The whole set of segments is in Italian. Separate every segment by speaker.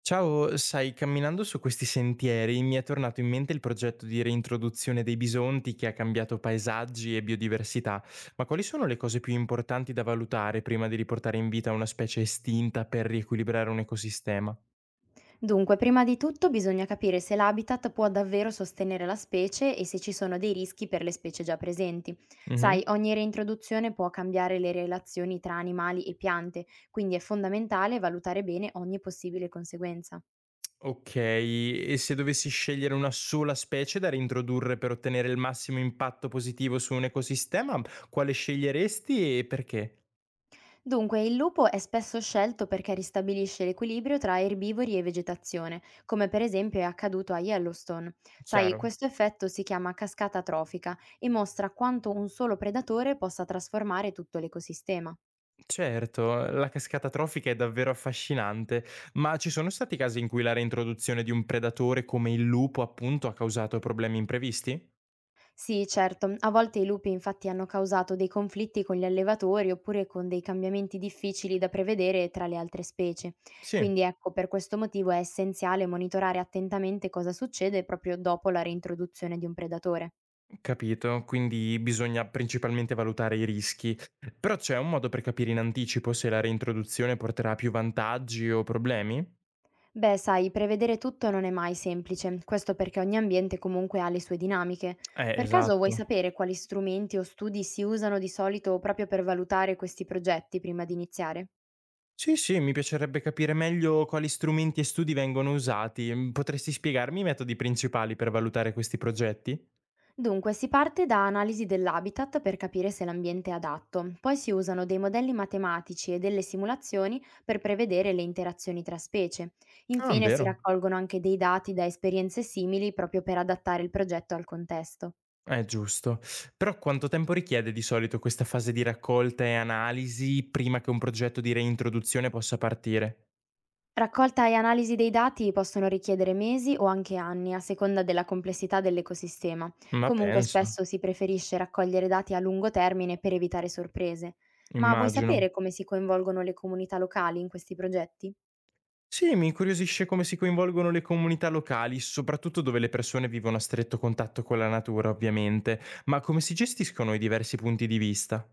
Speaker 1: Ciao, sai, camminando su questi sentieri mi è tornato in mente il progetto di reintroduzione dei bisonti che ha cambiato paesaggi e biodiversità, ma quali sono le cose più importanti da valutare prima di riportare in vita una specie estinta per riequilibrare un ecosistema?
Speaker 2: Dunque, prima di tutto bisogna capire se l'habitat può davvero sostenere la specie e se ci sono dei rischi per le specie già presenti. Sai,
Speaker 1: Mhm.
Speaker 2: ogni reintroduzione può cambiare le relazioni tra animali e piante, quindi è fondamentale valutare bene ogni possibile conseguenza.
Speaker 1: Ok, e se dovessi scegliere una sola specie da reintrodurre per ottenere il massimo impatto positivo su un ecosistema, quale sceglieresti e perché?
Speaker 2: Dunque, il lupo è spesso scelto perché ristabilisce l'equilibrio tra erbivori e vegetazione, come per esempio è accaduto a Yellowstone. Sai,
Speaker 1: Chiaro.
Speaker 2: questo effetto si chiama cascata trofica e mostra quanto un solo predatore possa trasformare tutto l'ecosistema.
Speaker 1: Certo, la cascata trofica è davvero affascinante, ma ci sono stati casi in cui la reintroduzione di un predatore come il lupo, appunto, ha causato problemi imprevisti?
Speaker 2: Sì, certo. A volte i lupi infatti hanno causato dei conflitti con gli allevatori oppure con dei cambiamenti difficili da prevedere tra le altre specie.
Speaker 1: Sì,
Speaker 2: Quindi ecco, per questo motivo è essenziale monitorare attentamente cosa succede proprio dopo la reintroduzione di un predatore.
Speaker 1: capito, quindi bisogna principalmente valutare i rischi. Però c'è un modo per capire in anticipo se la reintroduzione porterà a più vantaggi o problemi?
Speaker 2: Beh, sai, prevedere tutto non è mai semplice, questo perché ogni ambiente comunque ha le sue dinamiche. Per caso vuoi
Speaker 1: Esatto.
Speaker 2: sapere quali strumenti o studi si usano di solito proprio per valutare questi progetti prima di iniziare?
Speaker 1: Sì, sì, mi piacerebbe capire meglio quali strumenti e studi vengono usati. Potresti spiegarmi i metodi principali per valutare questi progetti?
Speaker 2: Dunque, si parte da analisi dell'habitat per capire se l'ambiente è adatto, poi si usano dei modelli matematici e delle simulazioni per prevedere le interazioni tra specie.
Speaker 1: Ah,
Speaker 2: Infine si
Speaker 1: vero.
Speaker 2: raccolgono anche dei dati da esperienze simili proprio per adattare il progetto al contesto.
Speaker 1: Giusto. Però quanto tempo richiede di solito questa fase di raccolta e analisi prima che un progetto di reintroduzione possa partire?
Speaker 2: Raccolta e analisi dei dati possono richiedere mesi o anche anni a seconda della complessità dell'ecosistema.
Speaker 1: Ma
Speaker 2: Comunque
Speaker 1: penso,
Speaker 2: spesso si preferisce raccogliere dati a lungo termine per evitare sorprese. Ma vuoi
Speaker 1: immagino.
Speaker 2: sapere come si coinvolgono le comunità locali in questi progetti?
Speaker 1: Sì, mi incuriosisce come si coinvolgono le comunità locali, soprattutto dove le persone vivono a stretto contatto con la natura, ovviamente, ma come si gestiscono i diversi punti di vista?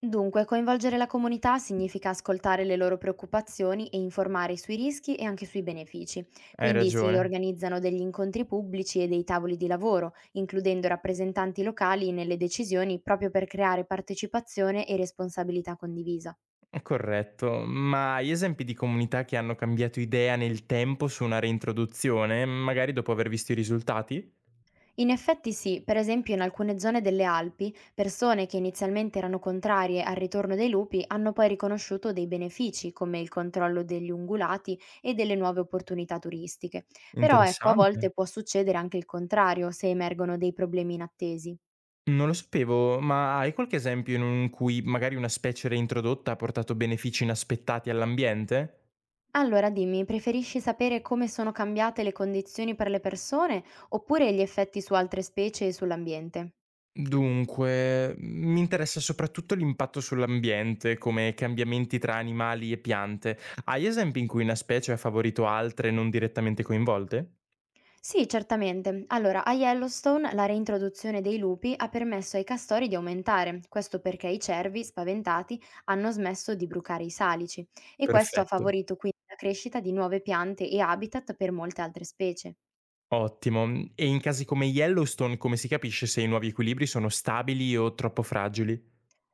Speaker 2: Dunque, coinvolgere la comunità significa ascoltare le loro preoccupazioni e informare sui rischi e anche sui benefici.
Speaker 1: Hai
Speaker 2: Quindi si
Speaker 1: ragione,
Speaker 2: organizzano degli incontri pubblici e dei tavoli di lavoro, includendo rappresentanti locali nelle decisioni proprio per creare partecipazione e responsabilità condivisa.
Speaker 1: è corretto, ma hai esempi di comunità che hanno cambiato idea nel tempo su una reintroduzione, magari dopo aver visto i risultati?
Speaker 2: In effetti sì, per esempio in alcune zone delle Alpi, persone che inizialmente erano contrarie al ritorno dei lupi hanno poi riconosciuto dei benefici come il controllo degli ungulati e delle nuove opportunità turistiche. Però ecco, a volte
Speaker 1: Interessante.
Speaker 2: può succedere anche il contrario se emergono dei problemi inattesi.
Speaker 1: Non lo sapevo, ma hai qualche esempio in cui magari una specie reintrodotta ha portato benefici inaspettati all'ambiente?
Speaker 2: Allora dimmi, preferisci sapere come sono cambiate le condizioni per le persone oppure gli effetti su altre specie e sull'ambiente?
Speaker 1: Dunque, mi interessa soprattutto l'impatto sull'ambiente, come cambiamenti tra animali e piante. Hai esempi in cui una specie ha favorito altre non direttamente coinvolte?
Speaker 2: Sì, certamente. Allora, a Yellowstone la reintroduzione dei lupi ha permesso ai castori di aumentare, questo perché i cervi, spaventati, hanno smesso di brucare i salici e questo ha
Speaker 1: Perfetto.
Speaker 2: favorito quindi la crescita di nuove piante e habitat per molte altre specie.
Speaker 1: Ottimo. E in casi come Yellowstone, come si capisce se i nuovi equilibri sono stabili o troppo fragili?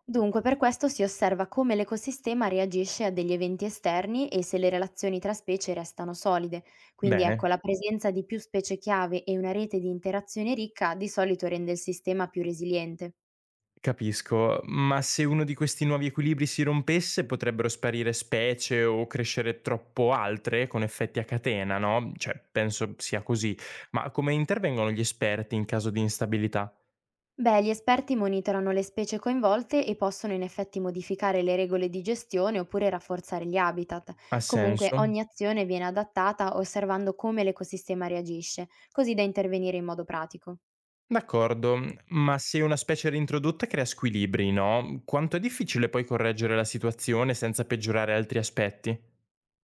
Speaker 2: Dunque, per questo si osserva come l'ecosistema reagisce a degli eventi esterni e se le relazioni tra specie restano solide. Quindi ecco,
Speaker 1: Bene.
Speaker 2: la presenza di più specie chiave e una rete di interazione ricca di solito rende il sistema più resiliente.
Speaker 1: Capisco, ma se uno di questi nuovi equilibri si rompesse, potrebbero sparire specie o crescere troppo altre con effetti a catena, no? Cioè, penso sia così. Ma come intervengono gli esperti in caso di instabilità?
Speaker 2: Beh, gli esperti monitorano le specie coinvolte e possono in effetti modificare le regole di gestione oppure rafforzare gli habitat.
Speaker 1: Ha
Speaker 2: Comunque
Speaker 1: senso?
Speaker 2: ogni azione viene adattata osservando come l'ecosistema reagisce, così da intervenire in modo pratico.
Speaker 1: D'accordo, ma se una specie reintrodotta crea squilibri, no? Quanto è difficile poi correggere la situazione senza peggiorare altri aspetti?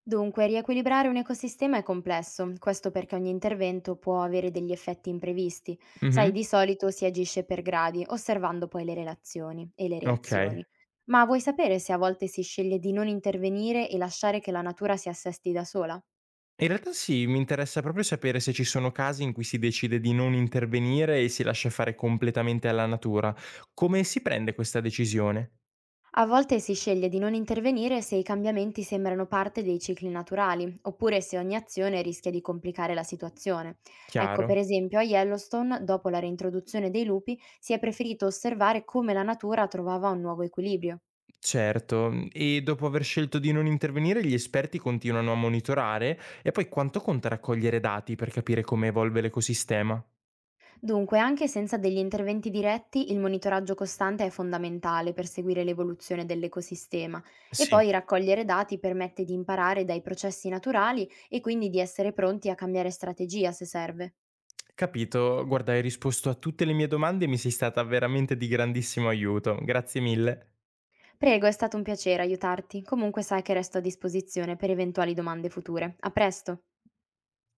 Speaker 2: Dunque, riequilibrare un ecosistema è complesso, questo perché ogni intervento può avere degli effetti imprevisti. Sai,
Speaker 1: Mhm.
Speaker 2: di solito si agisce per gradi, osservando poi le relazioni e le
Speaker 1: Ok.
Speaker 2: reazioni. Ma vuoi sapere se a volte si sceglie di non intervenire e lasciare che la natura si assesti da sola?
Speaker 1: In realtà sì, mi interessa proprio sapere se ci sono casi in cui si decide di non intervenire e si lascia fare completamente alla natura. Come si prende questa decisione?
Speaker 2: A volte si sceglie di non intervenire se i cambiamenti sembrano parte dei cicli naturali, oppure se ogni azione rischia di complicare la situazione. Ecco, per
Speaker 1: Chiaro,
Speaker 2: esempio, a Yellowstone, dopo la reintroduzione dei lupi, si è preferito osservare come la natura trovava un nuovo equilibrio.
Speaker 1: certo. E dopo aver scelto di non intervenire, gli esperti continuano a monitorare e poi quanto conta raccogliere dati per capire come evolve l'ecosistema?
Speaker 2: Dunque, anche senza degli interventi diretti, il monitoraggio costante è fondamentale per seguire l'evoluzione dell'ecosistema e
Speaker 1: Sì,
Speaker 2: poi raccogliere dati permette di imparare dai processi naturali e quindi di essere pronti a cambiare strategia se serve.
Speaker 1: capito. Guarda, hai risposto a tutte le mie domande e mi sei stata veramente di grandissimo aiuto. Grazie mille.
Speaker 2: Prego, è stato un piacere aiutarti. Comunque sai che resto a disposizione per eventuali domande future. A presto!